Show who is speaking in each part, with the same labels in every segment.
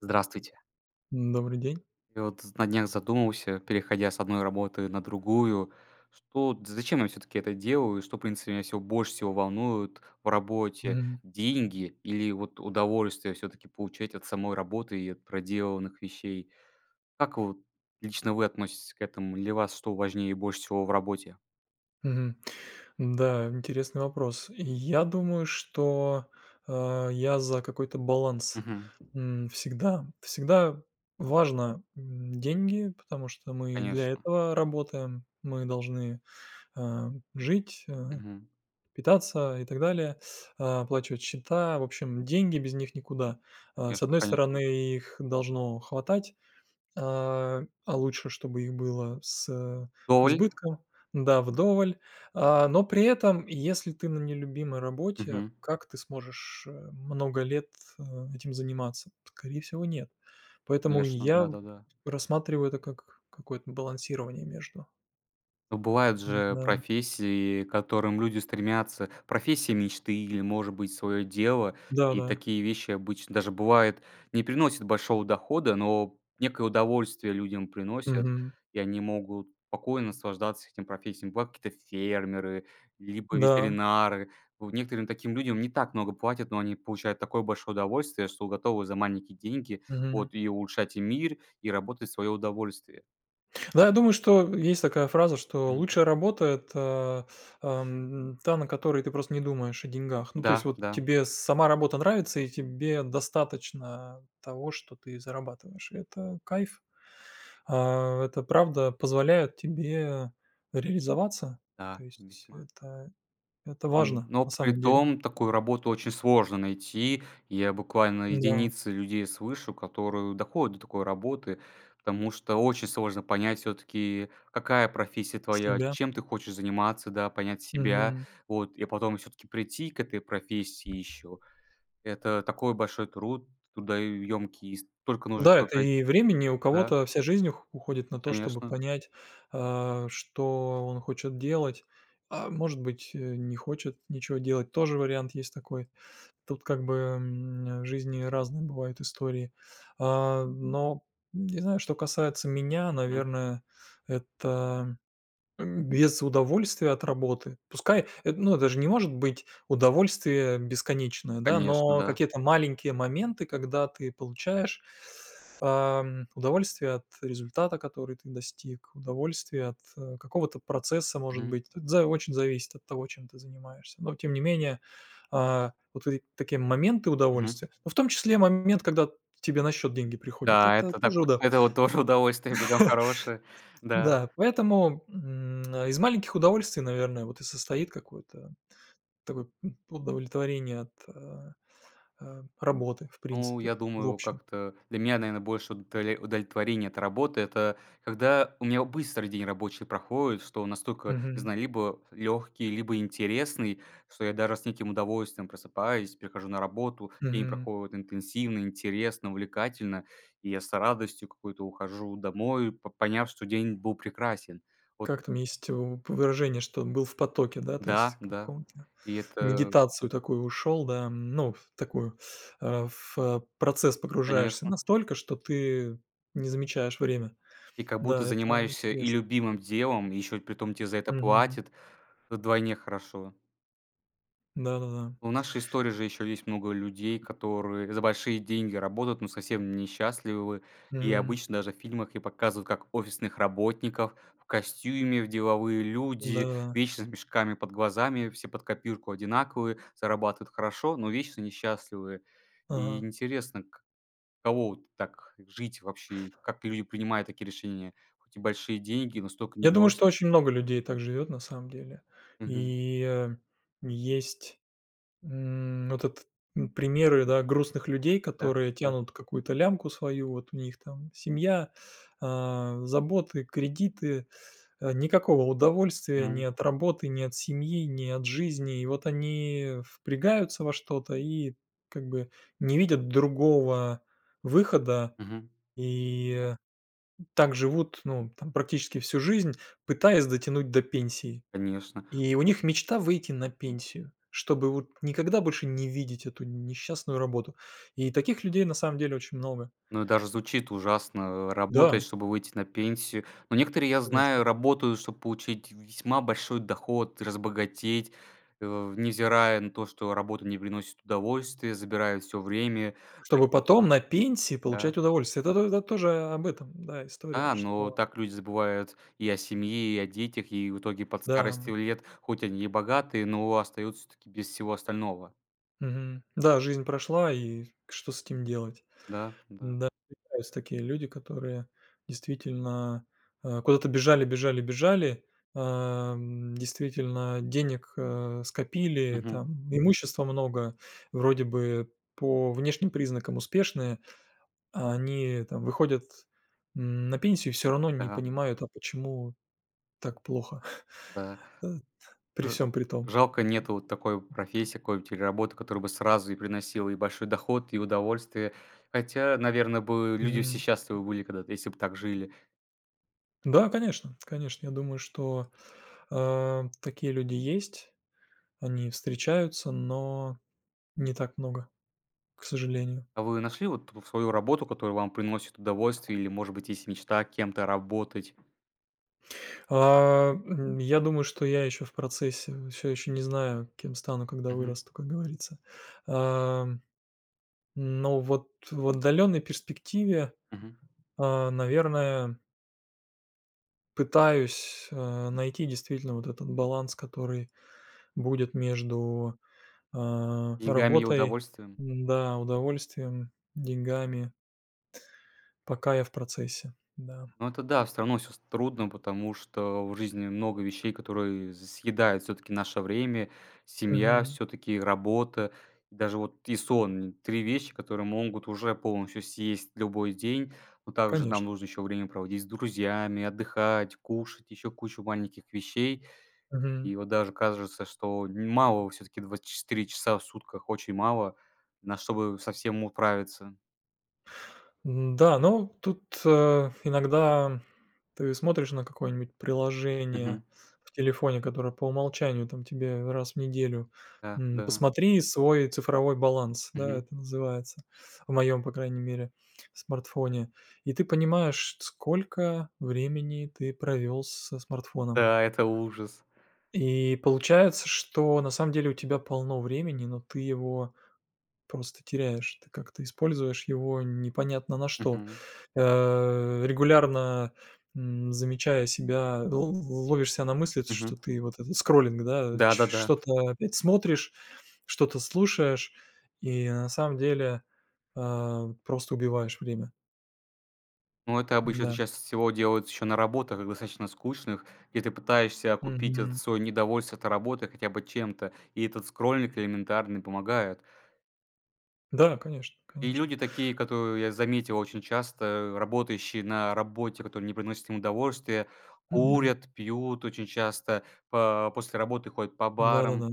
Speaker 1: Здравствуйте.
Speaker 2: Добрый день.
Speaker 1: Я вот на днях задумался, переходя с одной работы на другую, что зачем я все-таки это делаю, и что, в принципе, меня всего больше всего волнует в работе,
Speaker 2: Мгм.
Speaker 1: деньги или вот удовольствие все-таки получать от самой работы и от проделанных вещей. Как вот лично вы относитесь к этому? Для вас что важнее больше всего в работе?
Speaker 2: Мгм. Да, интересный вопрос. Я думаю, что, я за какой-то баланс,
Speaker 1: Мгм.
Speaker 2: всегда. Всегда важно, деньги, потому что мы для
Speaker 1: Конечно.
Speaker 2: этого работаем. Мы должны, а, жить,
Speaker 1: Мгм.
Speaker 2: питаться и так далее, оплачивать счета. В общем, деньги без них никуда. С
Speaker 1: Конечно,
Speaker 2: одной
Speaker 1: конечно.
Speaker 2: стороны, их должно хватать. А лучше, чтобы их было с
Speaker 1: Доль?
Speaker 2: избытком, да, вдоволь. А, но при этом, если ты на нелюбимой работе,
Speaker 1: Мгм.
Speaker 2: как ты сможешь, много лет, э, этим заниматься? Скорее всего, нет. Поэтому
Speaker 1: Конечно,
Speaker 2: я
Speaker 1: да-да-да.
Speaker 2: рассматриваю это как какое-то балансирование между.
Speaker 1: Ну, бывают же
Speaker 2: Да.
Speaker 1: профессии, к которым люди стремятся, профессия мечты или, может быть, свое дело, и
Speaker 2: Да-да.
Speaker 1: такие вещи обычно даже бывает не приносят большого дохода, но некое удовольствие людям приносят,
Speaker 2: Мгм.
Speaker 1: и они могут спокойно наслаждаться этим профессиями. Бывают какие-то фермеры, либо
Speaker 2: Да.
Speaker 1: ветеринары. Вот некоторым таким людям не так много платят, но они получают такое большое удовольствие, что готовы за маленькие деньги
Speaker 2: Мгм.
Speaker 1: вот и улучшать и мир, и работать в свое удовольствие.
Speaker 2: Да, я думаю, что есть такая фраза, что
Speaker 1: Мгм.
Speaker 2: лучшая работа — это, та, на которой ты просто не думаешь о деньгах. Ну, то
Speaker 1: Да,
Speaker 2: есть вот
Speaker 1: да.
Speaker 2: тебе сама работа нравится, и тебе достаточно того, что ты зарабатываешь. И это кайф. А, это правда позволяет тебе реализоваться.
Speaker 1: Да,
Speaker 2: То есть
Speaker 1: весьма.
Speaker 2: это
Speaker 1: М,
Speaker 2: важно
Speaker 1: но
Speaker 2: на
Speaker 1: при
Speaker 2: самом деле.
Speaker 1: том такую работу очень сложно найти. Я буквально
Speaker 2: Да,
Speaker 1: единицы людей слышу, которые доходят до такой работы, потому что очень сложно понять все таки какая профессия твоя,
Speaker 2: себя.
Speaker 1: чем ты хочешь заниматься, да, понять себя.
Speaker 2: Мгм.
Speaker 1: Вот, и потом все таки прийти к этой профессии еще. Это такой большой труд, трудоемкий, и столько нужно
Speaker 2: Да,
Speaker 1: всего
Speaker 2: это и
Speaker 1: пройти.
Speaker 2: времени. У
Speaker 1: Да,
Speaker 2: кого-то вся жизнь ух уходит на то, чтобы
Speaker 1: конечно.
Speaker 2: понять, что он хочет делать, а может быть, не хочет ничего делать. Тоже вариант есть такой. Тут как бы, в жизни разные бывают истории. Но не знаю, что касается меня,
Speaker 1: Мгм.
Speaker 2: наверное, это, без удовольствия от работы. Пускай, ну, это же не может быть удовольствие бесконечное, да,
Speaker 1: Конечно,
Speaker 2: но
Speaker 1: да.
Speaker 2: какие-то маленькие моменты, когда ты получаешь удовольствие от результата, который ты достиг, удовольствие от, какого-то процесса, может
Speaker 1: Мгм.
Speaker 2: быть. Тут за очень зависит от того, чем ты занимаешься. Но тем не менее, вот эти такие моменты
Speaker 1: Мгм.
Speaker 2: удовольствия, ну, в том числе момент, когда тебе на счет деньги приходят,
Speaker 1: Да,
Speaker 2: это
Speaker 1: это так,
Speaker 2: тоже удов.
Speaker 1: это вот тоже удовольствие, притом хорошее. Да.
Speaker 2: Да, поэтому, из маленьких удовольствий, наверное, вот и состоит какое-то такое, удовлетворение от, работы, в
Speaker 1: Ну,
Speaker 2: принципе,
Speaker 1: я
Speaker 2: в
Speaker 1: думаю,
Speaker 2: общем.
Speaker 1: как-то для меня, наверное, больше удали удовлетворение от работы — это когда у меня быстро день рабочий проходит, что он настолько, не
Speaker 2: Мгм.
Speaker 1: знаю, либо легкий, либо интересный, что я даже с неким удовольствием просыпаюсь, прихожу на работу, день
Speaker 2: Мгм.
Speaker 1: проходит интенсивно, интересно, увлекательно, и я с радостью какой-то ухожу домой, по поняв, что день был прекрасен. Вот
Speaker 2: Как там есть у выражение, что был в потоке, да, то есть
Speaker 1: да,
Speaker 2: в
Speaker 1: да.
Speaker 2: каком-то
Speaker 1: И это,
Speaker 2: медитацию такую ушел, да, ну, в такую, в процесс
Speaker 1: конечно.
Speaker 2: погружаешься настолько, что ты не замечаешь время.
Speaker 1: И как
Speaker 2: Да,
Speaker 1: будто
Speaker 2: это
Speaker 1: занимаешься и
Speaker 2: интересно.
Speaker 1: любимым делом, и еще при том тебе за это
Speaker 2: Мгм.
Speaker 1: платят. Вдвойне хорошо.
Speaker 2: Да-да-да.
Speaker 1: В нашей истории же еще есть много людей, которые за большие деньги работают, но совсем несчастливы. И
Speaker 2: Мгм.
Speaker 1: обычно даже в фильмах и показывают как офисных работников в костюме, в деловые люди,
Speaker 2: Да-да-да.
Speaker 1: вечно с мешками под глазами, все под копирку одинаковые, зарабатывают хорошо, но вечно несчастливые. И
Speaker 2: Ага.
Speaker 1: интересно, к Кого вот так жить вообще? Как люди принимают такие решения? Хоть и большие деньги, но столько
Speaker 2: Я думаю, что
Speaker 1: недовольства.
Speaker 2: очень много людей так живет на самом деле.
Speaker 1: Мгм.
Speaker 2: И, э, есть М, вот этот, м, примеры, да, грустных людей,
Speaker 1: Да,
Speaker 2: которые
Speaker 1: да.
Speaker 2: тянут какую-то лямку свою, вот у них там семья, заботы, кредиты, никакого удовольствия ни
Speaker 1: Мгм.
Speaker 2: от работы, ни от семьи, ни от жизни. И вот они впрягаются во что-то и как бы не видят другого выхода,
Speaker 1: Мгм.
Speaker 2: и так живут, ну, там практически всю жизнь, пытаясь дотянуть до пенсии.
Speaker 1: Конечно.
Speaker 2: И у них мечта выйти на пенсию, чтобы вот никогда больше не видеть эту несчастную работу. И таких людей на самом деле очень много.
Speaker 1: Ну, и даже звучит ужасно, э,
Speaker 2: Да,
Speaker 1: работать, чтобы выйти на пенсию. Но некоторые, я
Speaker 2: конечно.
Speaker 1: знаю, работают, чтобы получить весьма большой доход, разбогатеть, э, невзирая на то, что работа не приносит удовольствия, забирает все время.
Speaker 2: Чтобы
Speaker 1: Так,
Speaker 2: потом на пенсии
Speaker 1: да.
Speaker 2: получать удовольствие. Это, то- это тоже об этом, да, история,
Speaker 1: Да, но
Speaker 2: что
Speaker 1: так люди забывают и о семье, и о детях, и в итоге под
Speaker 2: да,
Speaker 1: старостью лет, хоть они и богатые, но остаются таки без всего остального.
Speaker 2: мгм. Да, жизнь прошла, и что с этим делать?
Speaker 1: Да, да.
Speaker 2: Да, встречаются такие люди, которые действительно, куда-то бежали, действительно денег, скопили,
Speaker 1: Мгм.
Speaker 2: там имущества много, вроде бы по внешним признакам успешные, а они там выходят, на пенсию и все равно не
Speaker 1: Да,
Speaker 2: понимают, а почему так плохо,
Speaker 1: да.
Speaker 2: э, при
Speaker 1: Ж
Speaker 2: всем при том.
Speaker 1: жалко, нету вот такой вот профессии какой-нибудь или работы, которая бы сразу и приносила и большой доход, и удовольствие. Хотя, наверное, бы люди все
Speaker 2: Мгм.
Speaker 1: счастливы были когда-то, если бы так жили.
Speaker 2: Да, конечно, конечно, я думаю, что, такие люди есть, они встречаются, но не так много, к сожалению.
Speaker 1: А вы нашли вот в свою работу, которая вам приносит удовольствие или, может быть, есть мечта кем-то работать?
Speaker 2: Я думаю, что я еще в процессе, вот всё еще не знаю, кем стану, когда
Speaker 1: Мгм,
Speaker 2: вырасту, как говорится. Ам, но вот в отдаленной перспективе,
Speaker 1: мгм.
Speaker 2: наверное, пытаюсь, найти действительно вот этот баланс, который будет между,
Speaker 1: Деньгами и
Speaker 2: работой,
Speaker 1: удовольствием?
Speaker 2: м-да, удовольствием, деньгами. Пока я в процессе, да.
Speaker 1: Ну, это да, всё равно всё трудно, потому что в жизни много вещей, которые съедают все таки наше время: семья,
Speaker 2: Мгм.
Speaker 1: все таки работа, даже вот и сон. 3 вещи, которые могут уже полностью съесть любой день. Но также нам
Speaker 2: Конечно.
Speaker 1: нужно еще время проводить с друзьями, отдыхать, кушать, еще кучу маленьких вещей.
Speaker 2: Мгм.
Speaker 1: И вот даже кажется, что н мало все таки 24 часа в сутках, очень мало, на чтобы совсем всем управиться.
Speaker 2: М-да, ну, тут, иногда ты смотришь на какое-нибудь приложение
Speaker 1: Мгм.
Speaker 2: в телефоне, которое по умолчанию там тебе раз в неделю,
Speaker 1: Да, да.
Speaker 2: посмотри свой цифровой баланс, да,
Speaker 1: Мгм.
Speaker 2: это называется, в моем, по крайней мере, смартфоне. И ты понимаешь, сколько времени ты провел со смартфоном.
Speaker 1: Да, это ужас.
Speaker 2: И получается, что на самом деле у тебя полно времени, но ты его просто теряешь, ты как-то используешь его непонятно на что.
Speaker 1: Мгм.
Speaker 2: Регулярно, замечая себя, л ловишь себя на мысли,
Speaker 1: Мгм.
Speaker 2: что ты вот этот скроллинг, да, ч
Speaker 1: Да-да-да.
Speaker 2: что-то опять смотришь, что-то слушаешь, и на самом деле, просто убиваешь время.
Speaker 1: Ну, это обычно
Speaker 2: Да.
Speaker 1: сейчас всего делают еще на работах, достаточно скучных, и ты пытаешься купить это
Speaker 2: Мгм.
Speaker 1: свое недовольство от работы хотя бы чем-то, и этот скроллинг элементарный помогает.
Speaker 2: Да, конечно,
Speaker 1: И
Speaker 2: конечно.
Speaker 1: люди такие, которые я заметил очень часто, работающие на работе, которые не приносят им удовольствия,
Speaker 2: Мгм.
Speaker 1: курят, пьют очень часто, по после работы ходят по барам.
Speaker 2: Да-да-да.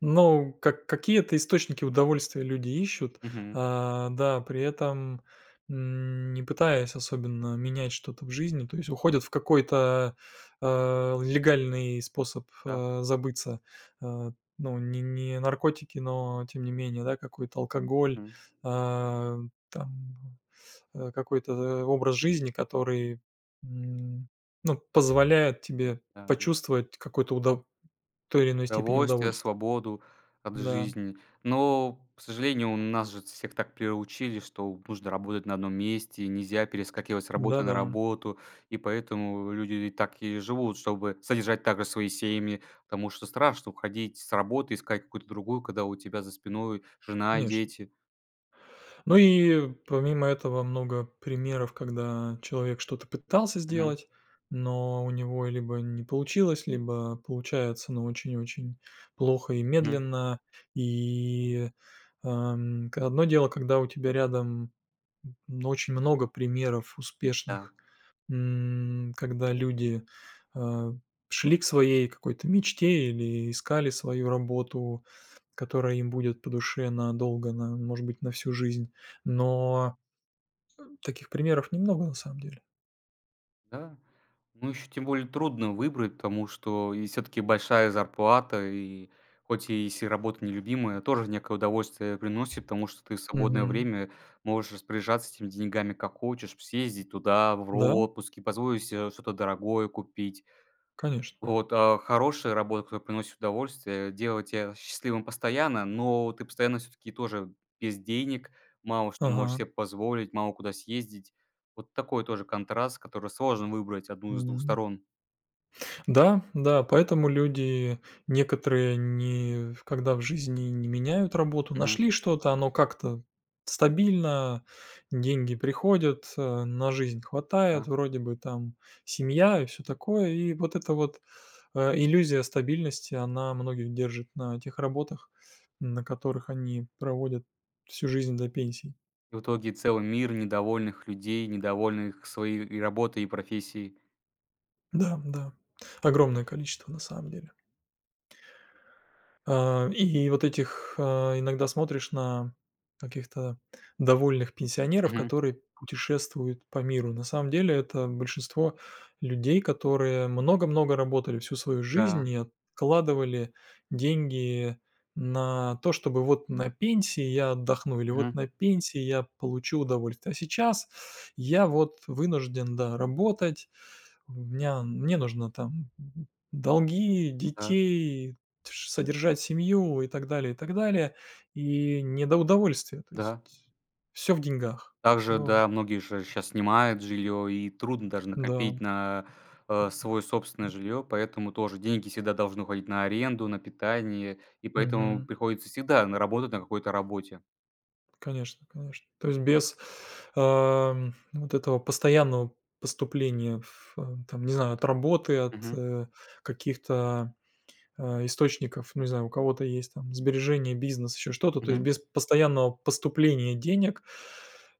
Speaker 2: Ну, как какие-то источники удовольствия люди ищут,
Speaker 1: Мгм.
Speaker 2: да, при этом, не пытаясь особенно менять что-то в жизни, то есть уходят в какой-то, легальный способ,
Speaker 1: Да.
Speaker 2: забыться. А, ну, не наркотики, но тем не менее, да, какой-то алкоголь,
Speaker 1: Мгм.
Speaker 2: а, там, какой-то образ жизни, который, м, ну, позволяет тебе
Speaker 1: Да-да.
Speaker 2: почувствовать какой-то удов той или иной степени
Speaker 1: Удовольствие,
Speaker 2: удовольствия.
Speaker 1: свободу от
Speaker 2: Да.
Speaker 1: жизни. Но, к сожалению, у нас же всех так приручили, что нужно работать на одном месте, нельзя перескакивать с работы на
Speaker 2: Да-да,
Speaker 1: работу, и поэтому люди и так и живут, чтобы содержать также свои семьи, потому что страшно уходить с работы, искать какую-то другую, когда у тебя за спиной жена,
Speaker 2: конечно.
Speaker 1: дети.
Speaker 2: Ну и помимо этого много примеров, когда человек что-то пытался
Speaker 1: Мгм,
Speaker 2: сделать, но у него либо не получилось, либо получается, но очень-очень плохо и
Speaker 1: мгм.
Speaker 2: медленно. И, ам, к одно дело, когда у тебя рядом, очень много примеров
Speaker 1: Да.
Speaker 2: успешных. М, когда люди, э, шли к своей какой-то мечте или искали свою работу, которая им будет по душе надолго, на может быть, на всю жизнь. Но таких примеров немного на самом деле.
Speaker 1: Да. Ну, еще тем более трудно выбрать, потому что и все-таки большая зарплата, и хоть и если работа нелюбимая, тоже некое удовольствие приносит, потому что ты в свободное
Speaker 2: Мгм.
Speaker 1: время можешь распоряжаться этими деньгами как хочешь, съездить туда, в
Speaker 2: Да,
Speaker 1: отпуск и позволить себе что-то дорогое купить,
Speaker 2: конечно.
Speaker 1: вот, а, хорошая работа, которая приносит удовольствие, делает тебя счастливым постоянно, но ты постоянно все таки тоже без денег, мало что можешь
Speaker 2: Ага.
Speaker 1: себе позволить, мало куда съездить. Вот такой тоже контраст, который сложно выбрать одну из двух
Speaker 2: М.
Speaker 1: сторон.
Speaker 2: Да, да, поэтому люди некоторые не, когда в жизни не меняют работу.
Speaker 1: Мгм.
Speaker 2: Нашли что-то, оно как-то стабильно, деньги приходят, на жизнь хватает,
Speaker 1: Да.
Speaker 2: вроде бы там семья и все такое. И вот эта вот, иллюзия стабильности, она многих держит на тех работах, на которых они проводят всю жизнь до пенсии.
Speaker 1: И в итоге целый мир недовольных людей, недовольных своей и работой, и профессией.
Speaker 2: Да, да, огромное количество на самом деле. И вот этих, иногда смотришь на каких-то довольных пенсионеров,
Speaker 1: Мгм.
Speaker 2: которые путешествуют по миру. На самом деле это большинство людей, которые много-много работали всю свою жизнь
Speaker 1: Да.
Speaker 2: и откладывали деньги на то, чтобы вот на пенсии я отдохну или вот
Speaker 1: Мгм.
Speaker 2: на пенсии я получу удовольствие. А сейчас я вот вынужден, да, работать, у меня мне нужно там долги,
Speaker 1: Да,
Speaker 2: детей, тш содержать семью и так далее, и так далее. И не до удовольствия, то есть
Speaker 1: да.
Speaker 2: все в деньгах,
Speaker 1: Также,
Speaker 2: все
Speaker 1: да, многие же сейчас снимают жилье и трудно даже
Speaker 2: да,
Speaker 1: накопить на, э, свое собственное жилье, поэтому тоже деньги всегда должны уходить на аренду, на питание, и поэтому
Speaker 2: мгм.
Speaker 1: приходится всегда на работать на какой-то работе.
Speaker 2: Конечно, конечно. То есть без, вот этого постоянного поступления в, там, не знаю, от работы, от,
Speaker 1: Мгм,
Speaker 2: каких-то источников, ну, не знаю, у кого-то есть там сбережения, бизнес, еще что-то, то
Speaker 1: мгм,
Speaker 2: есть без постоянного поступления денег,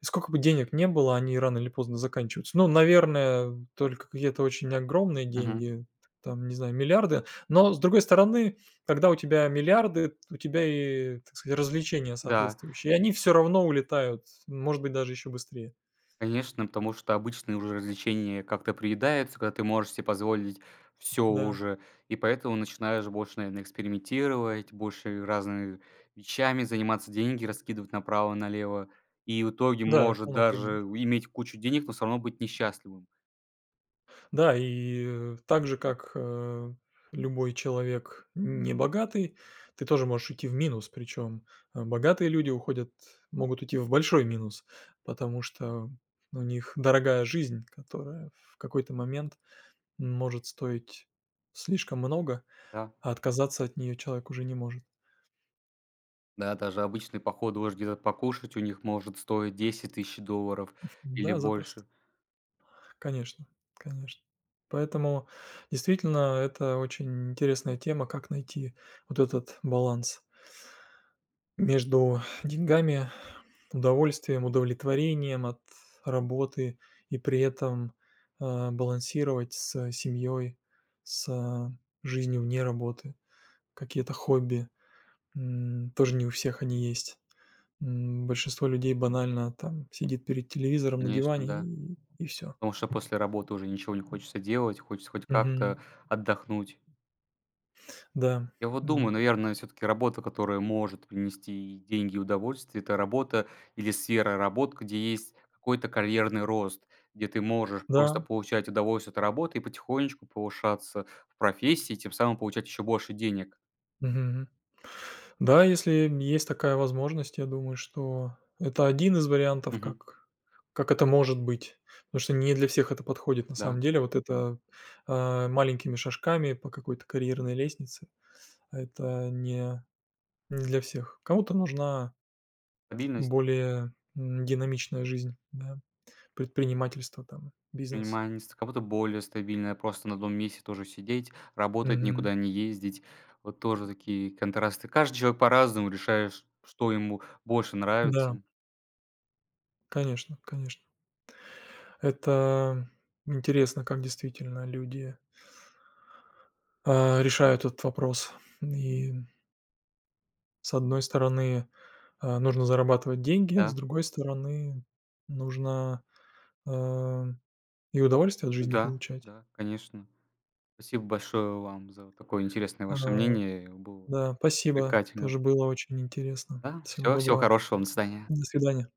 Speaker 2: и сколько бы денег не было, они рано или поздно заканчиваются. Ну, наверное, только какие-то очень огромные
Speaker 1: мгм.
Speaker 2: деньги, там, не знаю, миллиарды, но, с другой стороны, когда у тебя миллиарды, у тебя и, так сказать, развлечения
Speaker 1: Да.
Speaker 2: соответствующие, и они все равно улетают, может быть, даже еще быстрее.
Speaker 1: Конечно, потому что обычные уже развлечения как-то приедаются, когда ты можешь себе позволить все
Speaker 2: Да,
Speaker 1: уже. И поэтому начинаешь больше, наверное, экспериментировать, больше разными вещами заниматься, деньги раскидывать направо-налево. И в итоге
Speaker 2: да,
Speaker 1: может
Speaker 2: полного.
Speaker 1: даже иметь кучу денег, но все равно быть несчастливым.
Speaker 2: Да, и, так же, как, любой человек не богатый, ты тоже можешь уйти в минус. Причем, богатые люди уходят могут уйти в большой минус, потому что у них дорогая жизнь, которая в какой-то момент может стоить слишком много,
Speaker 1: Да,
Speaker 2: а отказаться от нее человек уже не может.
Speaker 1: да, даже обычные походы уже где-то покушать у них может стоить $10 000 или
Speaker 2: Да, запросто.
Speaker 1: больше.
Speaker 2: Конечно, конечно. Поэтому, действительно, это очень интересная тема, как найти вот этот баланс. Между деньгами, удовольствием, удовлетворением от работы и при этом, балансировать с семьей, с жизнью вне работы. Какие-то хобби, тоже не у всех они есть. М, большинство людей банально там сидит перед телевизором на
Speaker 1: Конечно,
Speaker 2: диване
Speaker 1: да.
Speaker 2: и всё.
Speaker 1: Потому что после работы уже ничего не хочется делать, хочется хоть
Speaker 2: Мгм.
Speaker 1: как-то отдохнуть.
Speaker 2: Да.
Speaker 1: Я вот думаю,
Speaker 2: М,
Speaker 1: наверное, все таки работа, которая может принести и деньги, и удовольствие — это работа или сфера работ, где есть какой-то карьерный рост, где ты можешь
Speaker 2: да.
Speaker 1: просто получать удовольствие от работы и потихонечку повышаться в профессии, тем самым получать еще больше денег.
Speaker 2: Мгм. Да, если есть такая возможность, я думаю, что это один из вариантов,
Speaker 1: Мгм.
Speaker 2: как это может быть. Потому что не для всех это подходит на
Speaker 1: Да.
Speaker 2: самом деле. Вот это, маленькими шажками по какой-то карьерной лестнице — это не для всех. Кому-то нужна
Speaker 1: Стабильность,
Speaker 2: более, динамичная жизнь, да, предпринимательство там, бизнес.
Speaker 1: понимание, с кого-то более стабильная, просто на одном месте тоже сидеть, работать,
Speaker 2: Мгм.
Speaker 1: никуда не ездить. Вот тоже такие контрасты. Каждый человек по-разному решает, ш что ему больше
Speaker 2: Да,
Speaker 1: нравится.
Speaker 2: конечно, конечно. Это интересно, как действительно люди, решают этот вопрос. И с одной стороны, нужно зарабатывать деньги, с
Speaker 1: Да,
Speaker 2: другой стороны, нужно, э, и удовольствие от жизни
Speaker 1: да,
Speaker 2: получать.
Speaker 1: да, конечно. Спасибо большое вам за такое интересное ваше
Speaker 2: А,
Speaker 1: мнение. Было
Speaker 2: да, спасибо,
Speaker 1: увлекательно.
Speaker 2: тоже было очень интересно.
Speaker 1: Да,
Speaker 2: Всего
Speaker 1: все, всего
Speaker 2: доброго.
Speaker 1: хорошего вам. До свидания.
Speaker 2: До свидания.